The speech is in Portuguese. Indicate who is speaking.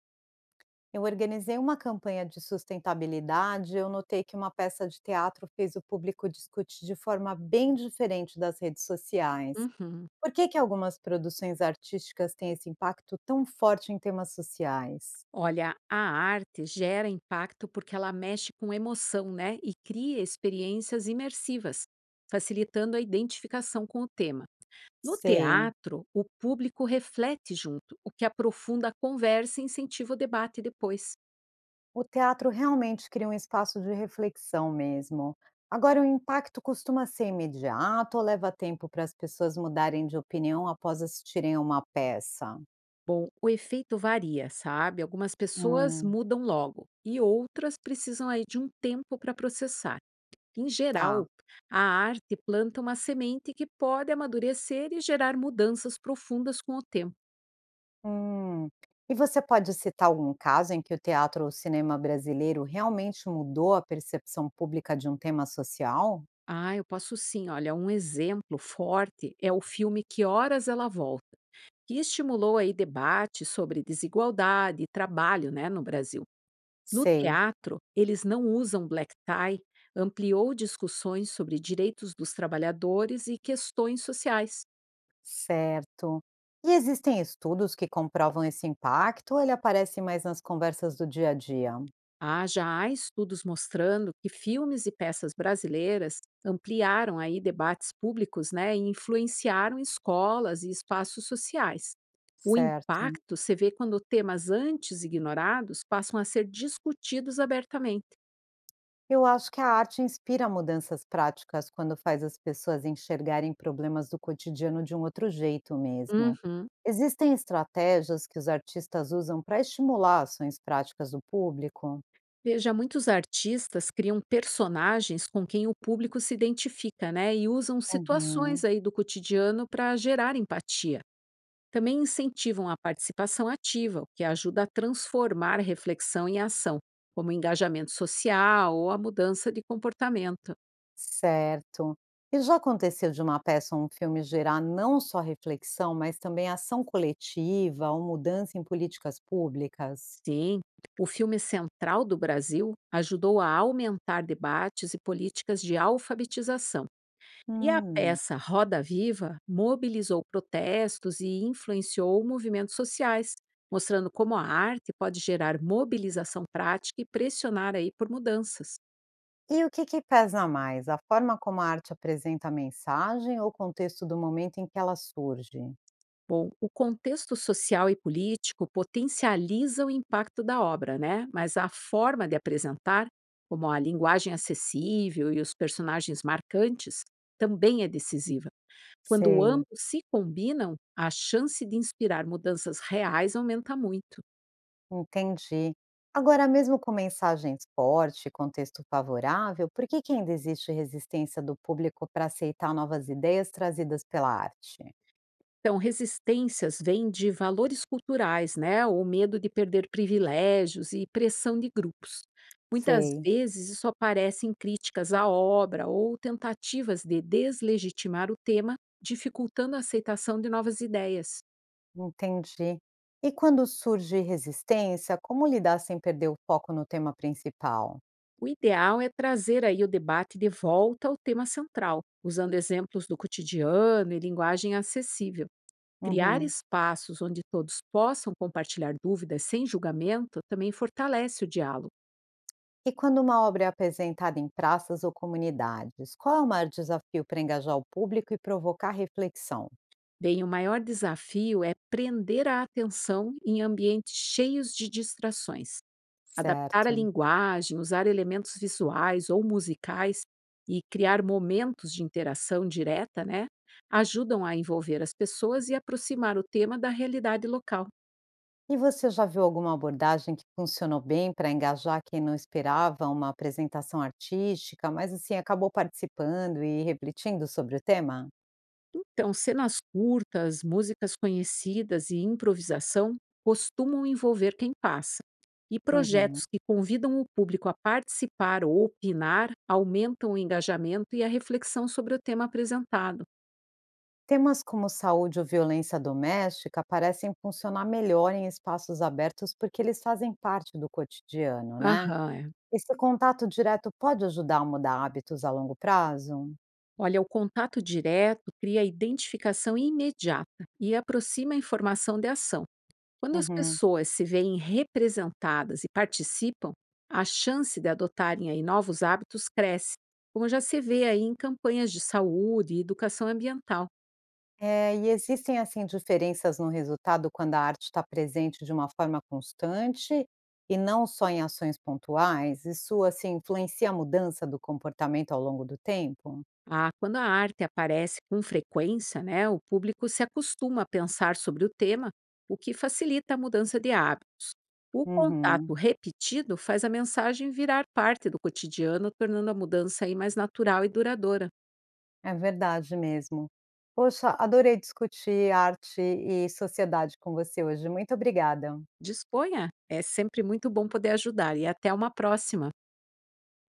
Speaker 1: Eu organizei uma campanha de sustentabilidade. Eu notei que uma peça de teatro fez o público discutir de forma bem diferente das redes sociais.
Speaker 2: Uhum.
Speaker 1: Por que, que algumas produções artísticas têm esse impacto tão forte em temas sociais?
Speaker 2: Olha, a arte gera impacto porque ela mexe com emoção, né? E cria experiências imersivas, facilitando a identificação com o tema. No
Speaker 1: Sei.
Speaker 2: teatro, o público reflete junto, o que aprofunda a conversa e incentiva o debate depois.
Speaker 1: O teatro realmente cria um espaço de reflexão mesmo. Agora, o impacto costuma ser imediato ou leva tempo para as pessoas mudarem de opinião após assistirem a uma peça?
Speaker 2: Bom, o efeito varia, sabe? Algumas pessoas
Speaker 1: Hum,
Speaker 2: mudam logo e outras precisam aí de um tempo para processar. Em
Speaker 1: tá.
Speaker 2: geral, a arte planta uma semente que pode amadurecer e gerar mudanças profundas com o tempo.
Speaker 1: Hum. E você pode citar algum caso em que o teatro ou cinema brasileiro realmente mudou a percepção pública de um tema social?
Speaker 2: Ah, eu posso sim. Olha, um exemplo forte é o filme Que Horas Ela Volta, que estimulou aí debate sobre desigualdade e trabalho, né, no Brasil. No
Speaker 1: Sei,
Speaker 2: teatro, eles não usam black tie, ampliou discussões sobre direitos dos trabalhadores e questões sociais.
Speaker 1: certo. E existem estudos que comprovam esse impacto ou ele aparece mais nas conversas do dia a dia?
Speaker 2: Ah, já há estudos mostrando que filmes e peças brasileiras ampliaram aí debates públicos, né, e influenciaram escolas e espaços sociais. O
Speaker 1: Certo.
Speaker 2: impacto se vê quando temas antes ignorados passam a ser discutidos abertamente.
Speaker 1: Eu acho que a arte inspira mudanças práticas quando faz as pessoas enxergarem problemas do cotidiano de um outro jeito mesmo.
Speaker 2: Uhum.
Speaker 1: Existem estratégias que os artistas usam para estimular ações práticas do público?
Speaker 2: Veja, muitos artistas criam personagens com quem o público se identifica, né, e usam situações
Speaker 1: Uhum,
Speaker 2: aí do cotidiano para gerar empatia. Também incentivam a participação ativa, o que ajuda a transformar a reflexão em ação, como o engajamento social ou a mudança de comportamento.
Speaker 1: certo. E já aconteceu de uma peça ou um filme gerar não só reflexão, mas também ação coletiva ou mudança em políticas públicas?
Speaker 2: Sim, o filme Central do Brasil ajudou a aumentar debates e políticas de alfabetização. E a
Speaker 1: Hum.
Speaker 2: peça Roda Viva mobilizou protestos e influenciou movimentos sociais, mostrando como a arte pode gerar mobilização prática e pressionar aí por mudanças.
Speaker 1: E o que que pesa mais, a forma como a arte apresenta a mensagem ou o contexto do momento em que ela surge?
Speaker 2: Bom, o contexto social e político potencializa o impacto da obra, né? Mas a forma de apresentar, como a linguagem acessível e os personagens marcantes, também é decisiva. Quando
Speaker 1: Sei,
Speaker 2: ambos se combinam, a chance de inspirar mudanças reais aumenta muito.
Speaker 1: entendi. Agora, mesmo com mensagens fortes e contexto favorável, por que que ainda existe resistência do público para aceitar novas ideias trazidas pela arte?
Speaker 2: Então, resistências vêm de valores culturais, né? O medo de perder privilégios e pressão de grupos. Muitas
Speaker 1: Sei,
Speaker 2: vezes isso aparece em críticas à obra ou tentativas de deslegitimar o tema, dificultando a aceitação de novas ideias.
Speaker 1: entendi. E quando surge resistência, como lidar sem perder o foco no tema principal?
Speaker 2: O ideal é trazer aí o debate de volta ao tema central, usando exemplos do cotidiano e linguagem acessível. Criar
Speaker 1: Uhum.
Speaker 2: espaços onde todos possam compartilhar dúvidas sem julgamento também fortalece o diálogo.
Speaker 1: E quando uma obra é apresentada em praças ou comunidades, qual é o maior desafio para engajar o público e provocar reflexão?
Speaker 2: Bem, o maior desafio é prender a atenção em ambientes cheios de distrações, adaptar a
Speaker 1: Certo.
Speaker 2: linguagem, usar elementos visuais ou musicais e criar momentos de interação direta, né? Ajudam a envolver as pessoas e aproximar o tema da realidade local.
Speaker 1: E você já viu alguma abordagem que funcionou bem para engajar quem não esperava uma apresentação artística, mas assim acabou participando e refletindo sobre o tema?
Speaker 2: Então, cenas curtas, músicas conhecidas e improvisação costumam envolver quem passa. E
Speaker 1: Uhum.
Speaker 2: projetos que convidam o público a participar ou opinar aumentam o engajamento e a reflexão sobre o tema apresentado.
Speaker 1: Temas como saúde ou violência doméstica parecem funcionar melhor em espaços abertos porque eles fazem parte do cotidiano, né?
Speaker 2: Aham, é.
Speaker 1: Esse contato direto pode ajudar a mudar hábitos a longo prazo?
Speaker 2: Olha, o contato direto cria identificação imediata e aproxima a informação de ação. Quando as
Speaker 1: Uhum.
Speaker 2: pessoas se veem representadas e participam, a chance de adotarem aí novos hábitos cresce, como já se vê aí em campanhas de saúde e educação ambiental.
Speaker 1: E existem, assim, diferenças no resultado quando a arte está presente de uma forma constante e não só em ações pontuais? Isso, assim, influencia a mudança do comportamento ao longo do tempo?
Speaker 2: Ah, quando a arte aparece com frequência, né, o público se acostuma a pensar sobre o tema, o que facilita a mudança de hábitos. O
Speaker 1: Uhum.
Speaker 2: contato repetido faz a mensagem virar parte do cotidiano, tornando a mudança aí mais natural e duradoura.
Speaker 1: É verdade mesmo. Poxa, adorei discutir arte e sociedade com você hoje. Muito obrigada.
Speaker 2: Disponha! É sempre muito bom poder ajudar e até uma próxima!